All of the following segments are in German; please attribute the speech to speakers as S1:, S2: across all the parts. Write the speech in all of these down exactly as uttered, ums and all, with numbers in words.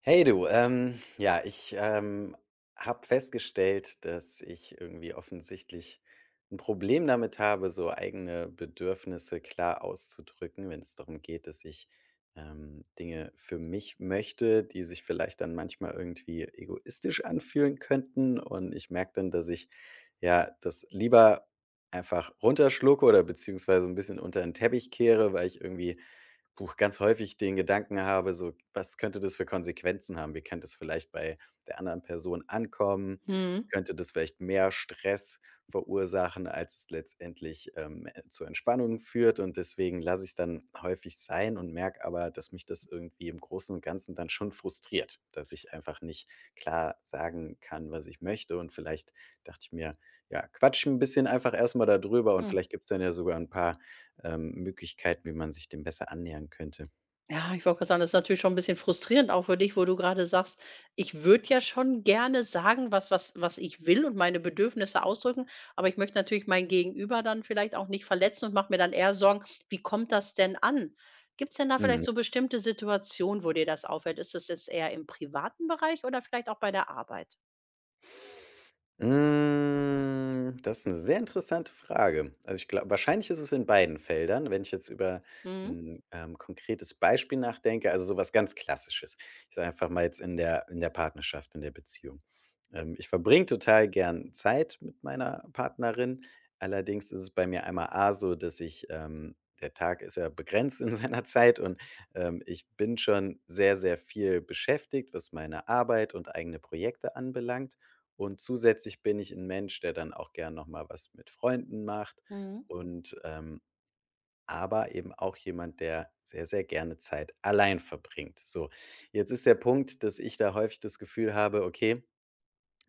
S1: Hey du, ähm, ja, ich ähm, habe festgestellt, dass ich irgendwie offensichtlich ein Problem damit habe, so eigene Bedürfnisse klar auszudrücken, wenn es darum geht, dass ich ähm, Dinge für mich möchte, die sich vielleicht dann manchmal irgendwie egoistisch anfühlen könnten. Und ich merke dann, dass ich ja das lieber einfach runterschlucke oder beziehungsweise ein bisschen unter den Teppich kehre, weil ich irgendwie Puh, ganz häufig den Gedanken habe, so: „Was könnte das für Konsequenzen haben? Wie könnte es vielleicht bei der anderen Person ankommen?
S2: Mhm,
S1: Könnte das vielleicht mehr Stress verursachen, als es letztendlich, ähm, äh, zur Entspannung führt?“ Und deswegen lasse ich es dann häufig sein und merke aber, dass mich das irgendwie im Großen und Ganzen dann schon frustriert, dass ich einfach nicht klar sagen kann, was ich möchte. Und vielleicht dachte ich mir: „Ja, quatsch ein bisschen einfach erst mal da drüber und
S2: mhm.
S1: vielleicht gibt's dann ja sogar ein paar ähm, Möglichkeiten, wie man sich dem besser annähern könnte.“
S2: Ja, ich wollte gerade sagen, das ist natürlich schon ein bisschen frustrierend auch für dich, wo du gerade sagst: „Ich würde ja schon gerne sagen, was was was ich will und meine Bedürfnisse ausdrücken, aber ich möchte natürlich mein Gegenüber dann vielleicht auch nicht verletzen und mache mir dann eher Sorgen, wie kommt das denn an?“ Gibt es denn da
S1: Mhm.
S2: vielleicht so bestimmte Situationen, wo dir das auffällt? Ist das jetzt eher im privaten Bereich oder vielleicht auch bei der Arbeit?
S1: Hm, das ist eine sehr interessante Frage. Also, ich glaube, wahrscheinlich ist es in beiden Feldern, wenn ich jetzt über
S2: Mhm.
S1: ein ähm, konkretes Beispiel nachdenke, also, sowas ganz Klassisches. Ich sage einfach mal jetzt in der in der Partnerschaft, in der Beziehung. Ähm, ich verbringe total gern Zeit mit meiner Partnerin. Allerdings ist es bei mir einmal A so, dass ich, ähm der Tag ist ja begrenzt in seiner Zeit und, ähm, ich bin schon sehr, sehr viel beschäftigt, was meine Arbeit und eigene Projekte anbelangt. Und zusätzlich bin ich ein Mensch, der dann auch gern noch mal was mit Freunden macht
S2: Mhm.
S1: und, ähm aber eben auch jemand, der sehr, sehr gerne Zeit allein verbringt. So, jetzt ist der Punkt, dass ich da häufig das Gefühl habe: „Okay.“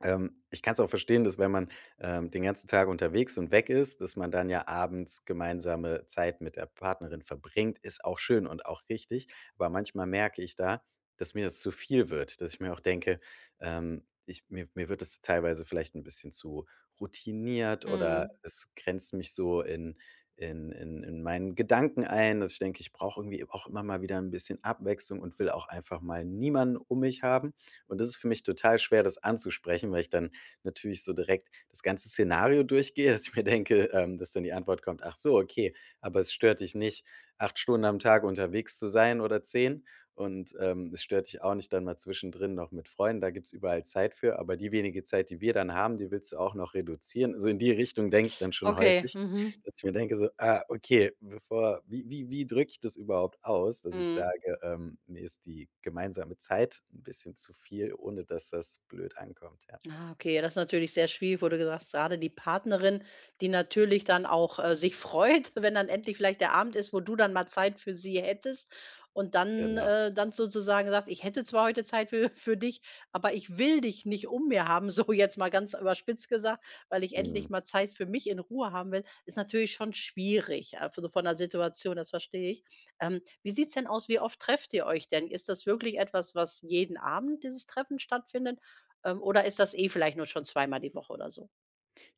S1: Ähm, ich kann es auch verstehen, dass wenn man, ähm, den ganzen Tag unterwegs und weg ist, dass man dann ja abends gemeinsame Zeit mit der Partnerin verbringt, ist auch schön und auch richtig. Aber manchmal merke ich da, dass mir das zu viel wird, dass ich mir auch denke, ähm, ich mir mir wird das teilweise vielleicht ein bisschen zu routiniert oder
S2: Mhm.
S1: es grenzt mich so in in in in meinen Gedanken ein, dass ich denke, ich brauche irgendwie auch immer mal wieder ein bisschen Abwechslung und will auch einfach mal niemanden um mich haben. Und das ist für mich total schwer, das anzusprechen, weil ich dann natürlich so direkt das ganze Szenario durchgehe, dass ich mir denke, ähm, dass dann die Antwort kommt: „Ach so, okay, aber es stört dich nicht, acht Stunden am Tag unterwegs zu sein oder zehn, und ähm, es stört dich auch nicht dann mal zwischendrin noch mit Freunden, da gibt's überall Zeit für, aber die wenige Zeit, die wir dann haben, die willst du auch noch reduzieren.“ Also in die Richtung denke ich dann schon
S2: Okay,
S1: häufig.
S2: mhm,
S1: Dass ich mir denke so: „Ah, okay, bevor wie wie wie drücke ich das überhaupt aus?“ Dass ich
S2: mhm.
S1: sage, ähm, mir ist die gemeinsame Zeit ein bisschen zu viel, ohne dass das blöd ankommt, ja.
S2: Ah, okay, das ist natürlich sehr schwierig, wo du gesagt hast, gerade die Partnerin, die natürlich dann auch, äh, sich freut, wenn dann endlich vielleicht der Abend ist, wo du dann mal Zeit für sie hättest und dann
S1: Genau.
S2: äh, dann sozusagen sagt: „Ich hätte zwar heute Zeit für für dich, aber ich will dich nicht um mir haben“, so jetzt mal ganz überspitzt gesagt, weil ich
S1: Mhm.
S2: endlich mal Zeit für mich in Ruhe haben will, ist natürlich schon schwierig, äh, von von der Situation, das verstehe ich. Ähm, wie sieht's denn aus? Wie oft trefft ihr euch denn? Ist das wirklich etwas, was jeden Abend dieses Treffen stattfindet ähm, oder ist das eh vielleicht nur schon zweimal die Woche oder so?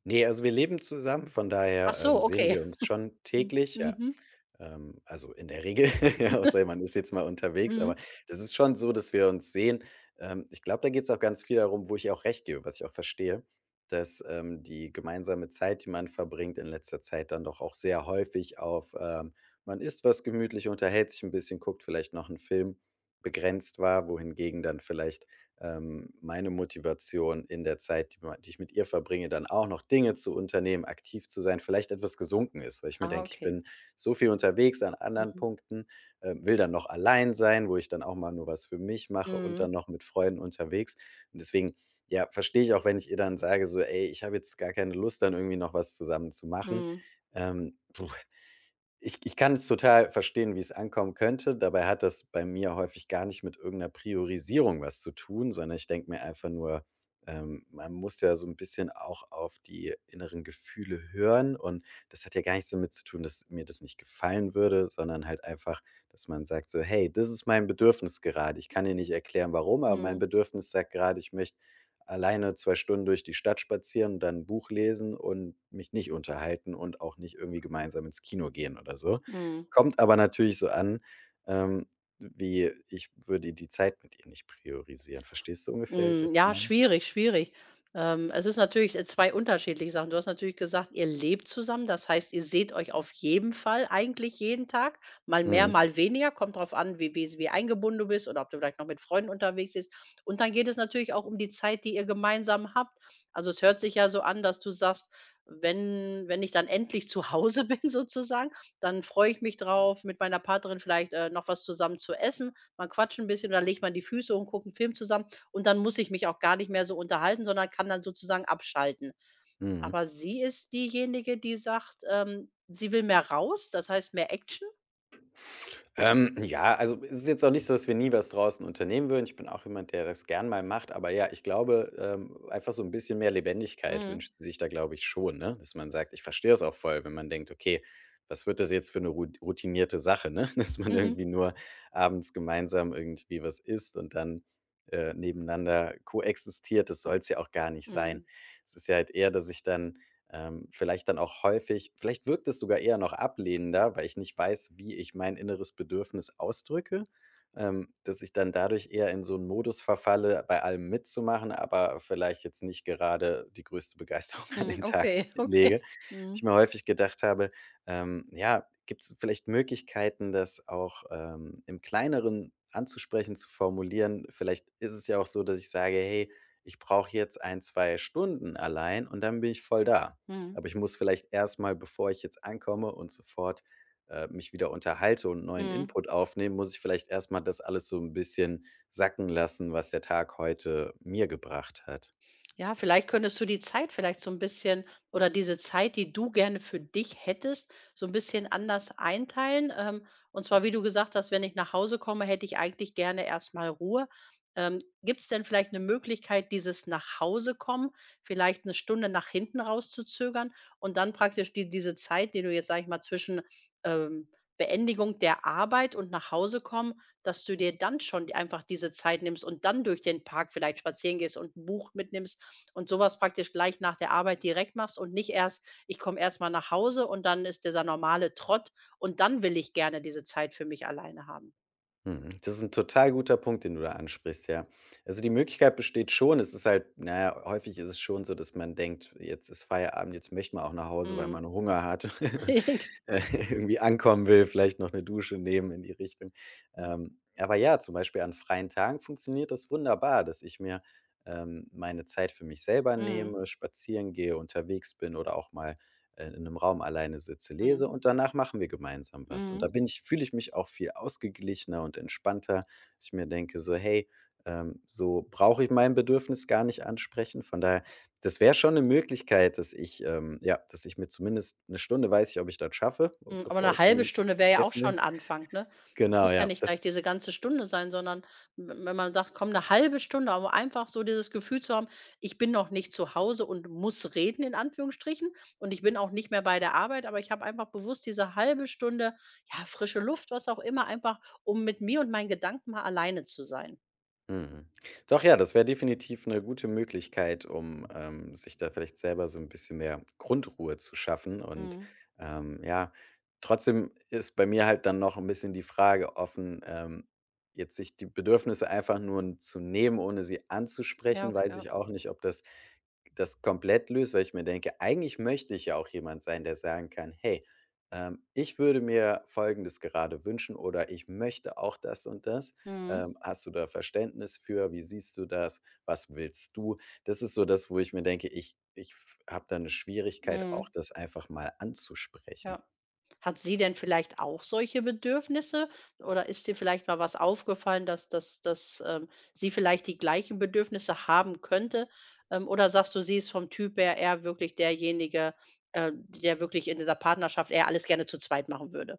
S1: Ne, also wir leben zusammen, von
S2: Ach
S1: daher, ähm,
S2: so,
S1: sehen
S2: okay.
S1: wir uns schon
S2: Mhm.
S1: täglich, ja.
S2: Mhm.
S1: Ähm, also, in der Regel, ja, außer man ist jetzt mal unterwegs,
S2: Mhm.
S1: aber das ist schon so, dass wir uns sehen. Ähm, ich glaube, da geht es auch ganz viel darum, wo ich ihr auch recht gebe, was ich auch verstehe, dass, ähm, die gemeinsame Zeit, die man verbringt in letzter Zeit, dann doch auch sehr häufig auf, ähm, man isst was gemütlich, unterhält sich ein bisschen, guckt vielleicht noch einen Film, begrenzt war, wohingegen dann vielleicht, ähm, meine Motivation in der Zeit, die ma die ich mit ihr verbringe, dann auch noch Dinge zu unternehmen, aktiv zu sein, vielleicht etwas gesunken ist, weil ich mir
S2: Ah,
S1: denke: „Ich
S2: okay.
S1: bin so viel unterwegs an anderen
S2: Mhm.
S1: Punkten, äh, will dann noch allein sein, wo ich dann auch mal nur was für mich mache und
S2: Mhm.
S1: dann noch mit Freunden unterwegs.“ Und deswegen, ja, verstehe ich auch, wenn ich ihr dann sage so: „Ey, ich habe jetzt gar keine Lust, dann irgendwie noch was zusammen zu machen.“
S2: Mhm.
S1: Ähm. Ich ich kann es total verstehen, wie es ankommen könnte. Dabei hat das bei mir häufig gar nicht mit irgendeiner Priorisierung was zu tun, sondern ich denke mir einfach nur, ähm, man muss ja so ein bisschen auch auf die inneren Gefühle hören. Und das hat ja gar nichts damit zu tun, dass mir das nicht gefallen würde, sondern halt einfach, dass man sagt so: „Hey, das ist mein Bedürfnis gerade. Ich kann dir nicht erklären, warum, aber mein
S2: Mhm.
S1: Bedürfnis sagt gerade, ich möchte alleine zwei Stunden durch die Stadt spazieren und dann 'n Buch lesen und mich nicht unterhalten und auch nicht irgendwie gemeinsam ins Kino gehen oder so.“
S2: Mhm.
S1: Kommt aber natürlich so an, ähm, wie ich würde die Zeit mit ihr nicht priorisieren. Verstehst du ungefähr, wie ich
S2: Hm,
S1: das
S2: ja,
S1: meine?
S2: schwierig, schwierig. Ähm, es ist natürlich, äh, zwei unterschiedliche Sachen. Du hast natürlich gesagt, ihr lebt zusammen, das heißt, ihr seht euch auf jeden Fall eigentlich jeden Tag, mal mehr,
S1: Mhm,
S2: mal weniger, kommt drauf an, wie wie's wie eingebunden du bist oder ob du vielleicht noch mit Freunden unterwegs bist. Und dann geht es natürlich auch um die Zeit, die ihr gemeinsam habt. Also, es hört sich ja so an, dass du sagst: „Wenn wenn ich dann endlich zu Hause bin sozusagen, dann freue ich mich drauf, mit meiner Partnerin vielleicht, äh, noch was zusammen zu essen. Man quatscht ein bisschen, dann legt man die Füße und guckt einen Film zusammen.“ Und dann muss ich mich auch gar nicht mehr so unterhalten, sondern kann dann sozusagen abschalten.
S1: mhm.
S2: Aber sie ist diejenige, die sagt, ähm, sie will mehr raus, das heißt mehr Action.
S1: Ähm, ja, also es ist jetzt auch nicht so, dass wir nie was draußen unternehmen würden. Ich bin auch jemand, der das gern mal macht. Aber ja, ich glaube, ähm, einfach so ein bisschen mehr Lebendigkeit
S2: Mhm.
S1: wünscht sie sich da, glaube ich, schon, ne? Dass man sagt, ich verstehe es auch voll, wenn man denkt, okay, was wird das jetzt für eine rut- routinierte Sache, ne? Dass man
S2: Mhm.
S1: irgendwie nur abends gemeinsam irgendwie was isst und dann äh, nebeneinander koexistiert. Das soll es ja auch gar nicht sein.
S2: Mhm.
S1: Es ist ja halt eher, dass ich dann ähm, vielleicht dann auch häufig vielleicht wirkt es sogar eher noch ablehnender, weil ich nicht weiß, wie ich mein inneres Bedürfnis ausdrücke, ähm, dass ich dann dadurch eher in so einen Modus verfalle, bei allem mitzumachen, aber vielleicht jetzt nicht gerade die größte Begeisterung an
S2: Mhm.
S1: den Tag
S2: Okay, okay.
S1: lege. Ich
S2: Mhm.
S1: mir häufig gedacht habe, ähm, ja, gibt es vielleicht Möglichkeiten, das auch, ähm, im Kleineren anzusprechen, zu formulieren? Vielleicht ist es ja auch so, dass ich sage: „Hey, ich brauche jetzt ein, zwei Stunden allein und dann bin ich voll da.“
S2: Mhm.
S1: Aber ich muss vielleicht erst mal, bevor ich jetzt ankomme und sofort, äh, mich wieder unterhalte und neuen
S2: Mhm.
S1: Input aufnehme, muss ich vielleicht erst mal das alles so ein bisschen sacken lassen, was der Tag heute mir gebracht hat.
S2: Ja, vielleicht könntest du die Zeit vielleicht so ein bisschen oder diese Zeit, die du gerne für dich hättest, so ein bisschen anders einteilen. Ähm, und zwar, wie du gesagt hast: „Wenn ich nach Hause komme, hätte ich eigentlich gerne erstmal Ruhe.“ Ähm, Gibt es denn vielleicht eine Möglichkeit, dieses Nach-Hause-Kommen vielleicht eine Stunde nach hinten rauszuzögern und dann praktisch die diese Zeit, die du jetzt, sage ich mal, zwischen, ähm, Beendigung der Arbeit und nach Hause kommen, dass du dir dann schon einfach diese Zeit nimmst und dann durch den Park vielleicht spazieren gehst und ein Buch mitnimmst und sowas praktisch gleich nach der Arbeit direkt machst und nicht erst: „Ich komme erst mal nach Hause und dann ist dieser normale Trott und dann will ich gerne diese Zeit für mich alleine haben.“
S1: Mhm. Das ist ein total guter Punkt, den du da ansprichst, ja. Also, die Möglichkeit besteht schon. Es ist halt naja, häufig ist es schon so, dass man denkt: „Jetzt ist Feierabend, jetzt möchte man auch nach Hause, weil
S2: Mhm.
S1: man Hunger hat und, äh, irgendwie ankommen will, vielleicht noch eine Dusche nehmen in die Richtung.“ Ähm, aber ja, zum Beispiel an freien Tagen funktioniert das wunderbar, dass ich mir, ähm, meine Zeit für mich selber
S2: Mhm.
S1: nehme, spazieren gehe, unterwegs bin oder auch mal äh, in einem Raum alleine sitze, lese
S2: Mhm.
S1: und danach machen wir gemeinsam was. Und da
S2: Mhm.
S1: bin ich fühle ich mich auch viel ausgeglichener und entspannter, dass ich mir denke so: „Hey, ähm, so brauche ich mein Bedürfnis gar nicht ansprechen.“ Von daher, das wäre schon eine Möglichkeit, dass ich, ähm ja, dass ich mir zumindest eine Stunde weiß ich, ob ich das schaffe,
S2: Hm, aber
S1: bevor
S2: 'ne
S1: ich
S2: halbe
S1: dann
S2: Stunde wäre ja auch
S1: essen
S2: schon
S1: will.
S2: 'n Anfang, ne? Das
S1: Genau,
S2: muss ja
S1: ja.
S2: nicht
S1: Das
S2: gleich diese ganze Stunde sein, sondern w wenn man sagt: „Komm, 'ne halbe Stunde“, um einfach so dieses Gefühl zu haben: „Ich bin noch nicht zu Hause und muss reden“, in Anführungsstrichen, und ich bin auch nicht mehr bei der Arbeit, aber ich habe einfach bewusst diese halbe Stunde, ja, frische Luft, was auch immer, einfach, um mit mir und meinen Gedanken mal alleine zu sein.
S1: Mhm. Doch ja, das wäre definitiv eine gute Möglichkeit, um, ähm, sich da vielleicht selber so ein bisschen mehr Grundruhe zu schaffen und,
S2: Mhm.
S1: ähm, ja, trotzdem ist bei mir halt dann noch ein bisschen die Frage offen, ähm, jetzt sich die Bedürfnisse einfach nur zu nehmen, ohne sie
S2: Ja,
S1: anzusprechen,
S2: okay,
S1: weiß
S2: ja.
S1: ich auch nicht, ob das das komplett löst, weil ich mir denke, eigentlich möchte ich ja auch jemand sein, der sagen kann: „Hey, ähm, ich würde mir Folgendes gerade wünschen“ oder „Ich möchte auch das und das.“
S2: Mhm,
S1: ähm, hast du da Verständnis für? Wie siehst du das? Was willst du? Das ist so das, wo ich mir denke, ich ich habe da eine Schwierigkeit,
S2: mhm,
S1: auch das einfach mal anzusprechen.
S2: ja. Hat sie denn vielleicht auch solche Bedürfnisse oder ist dir vielleicht mal was aufgefallen, dass dass dass, ähm, sie vielleicht die gleichen Bedürfnisse haben könnte? Ähm, oder sagst du, sie ist vom Typ her eher wirklich derjenige, äh, der wirklich in dieser Partnerschaft eher alles gerne zu zweit machen würde?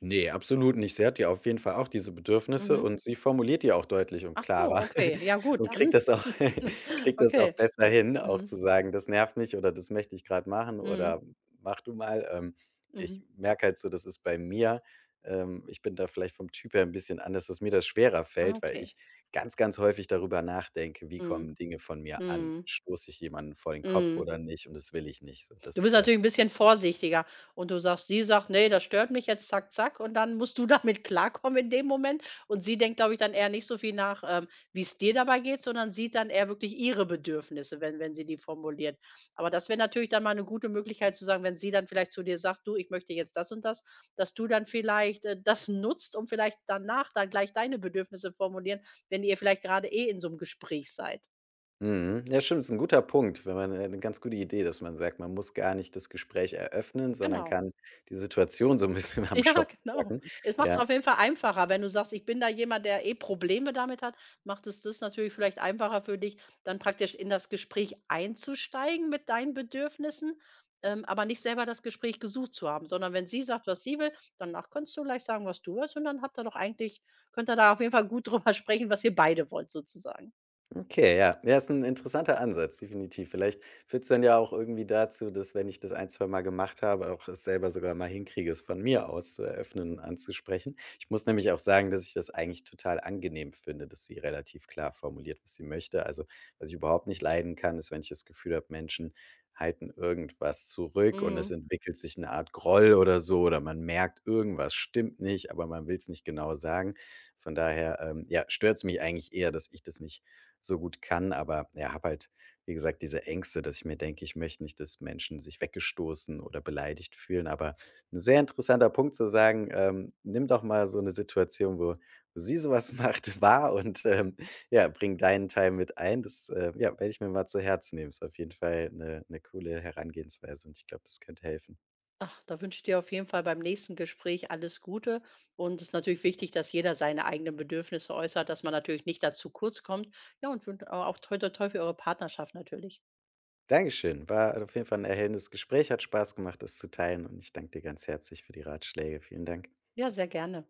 S1: Nee, absolut nicht. Sie hat ja auf jeden Fall auch diese Bedürfnisse
S2: Mhm.
S1: und sie formuliert die auch deutlich und
S2: Ach so,
S1: klarer
S2: okay. Ja gut,
S1: und
S2: dann.
S1: kriegt das auch kriegt das auch
S2: Okay.
S1: besser hin, auch zu
S2: Mhm.
S1: sagen: „Das nervt mich“ oder „Das möchte ich gerade machen“ oder
S2: Mhm.
S1: „Mach du mal.“ Ähm,
S2: Mhm.
S1: ich merke halt so, das ist bei mir ähm, ich bin da vielleicht vom Typ her ein bisschen anders, dass mir das schwerer
S2: Ah,
S1: fällt, weil
S2: okay.
S1: ich ganz, ganz häufig darüber nachdenke: „Wie
S2: Mhm.
S1: kommen Dinge von mir an?
S2: Mhm.
S1: Stoße ich jemanden vor den Kopf
S2: Mhm.
S1: oder nicht?“ Und das will ich nicht so.
S2: Du
S1: Das,
S2: bist
S1: äh
S2: natürlich ein bisschen vorsichtiger und du sagst sie sagt: nee, das stört mich jetzt, zack, zack.“ Und dann musst du damit klarkommen in dem Moment. Und sie denkt, glaube ich, dann eher nicht so viel nach, ähm, wie es dir dabei geht, sondern sieht dann eher wirklich ihre Bedürfnisse, wenn wenn sie die formuliert. Aber das wäre natürlich dann mal eine gute Möglichkeit zu sagen, wenn sie dann vielleicht zu dir sagt: „Du, ich möchte jetzt das und das“, dass du dann vielleicht, äh, das nutzt und vielleicht danach dann gleich deine Bedürfnisse formulieren, wenn ihr vielleicht gerade eh in so einem Gespräch seid.
S1: Mhm. Ja, stimmt, ist ein guter Punkt, wenn man äh, 'ne ganz gute Idee, dass man sagt, man muss gar nicht das Gespräch eröffnen, sondern
S2: Genau.
S1: kann die Situation so ein bisschen am
S2: Ja,
S1: Schopf
S2: genau.
S1: packen.
S2: Es macht es
S1: Ja.
S2: auf jeden Fall einfacher, wenn du sagst: „Ich bin da jemand, der eh Probleme damit hat“, macht es das natürlich vielleicht einfacher für dich, dann praktisch in das Gespräch einzusteigen mit deinen Bedürfnissen, ähm, aber nicht selber das Gespräch gesucht zu haben, sondern wenn sie sagt, was sie will, danach kannst du gleich sagen, was du willst und dann habt ihr doch eigentlich könnt ihr da auf jeden Fall gut drüber sprechen, was ihr beide wollt sozusagen.
S1: Okay, ja. Ja, ist ein interessanter Ansatz, definitiv. Vielleicht führt's dann ja auch irgendwie dazu, dass, wenn ich das ein, zwei Mal gemacht habe, auch es selber sogar mal hinkriege, es von mir aus zu eröffnen und anzusprechen. Ich muss nämlich auch sagen, dass ich das eigentlich total angenehm finde, dass sie relativ klar formuliert, was sie möchte. Also, was ich überhaupt nicht leiden kann, ist, wenn ich das Gefühl habe, Menschen halten irgendwas zurück und es
S2: Mhm.
S1: entwickelt sich eine Art Groll oder so oder man merkt, irgendwas stimmt nicht, aber man will's nicht genau sagen. Von daher, ähm, ja, stört's mich eigentlich eher, dass ich das nicht so gut kann, aber ja, habe halt, wie gesagt, diese Ängste, dass ich mir denke, ich möchte nicht, dass Menschen sich weggestoßen oder beleidigt fühlen. Aber ein sehr interessanter Punkt zu sagen, ähm, nimm doch mal so eine Situation, wo sie sowas macht, wahr und, ähm, ja, bring deinen Teil mit ein. Das, äh, ja, werde ich mir mal zu Herzen nehmen. Ist auf jeden Fall eine 'ne coole Herangehensweise und ich glaube, das könnte helfen.
S2: Ach, da wünsche ich dir auf jeden Fall beim nächsten Gespräch alles Gute. Und es ist natürlich wichtig, dass jeder seine eigenen Bedürfnisse äußert, dass man natürlich nicht dazu kurz kommt. Ja, und wün- auch toi, toi, toi für eure Partnerschaft natürlich.
S1: Dankeschön, war auf jeden Fall ein erhellendes Gespräch, hat Spaß gemacht, das zu teilen und ich danke dir ganz herzlich für die Ratschläge. Vielen Dank.
S2: Ja, sehr gerne.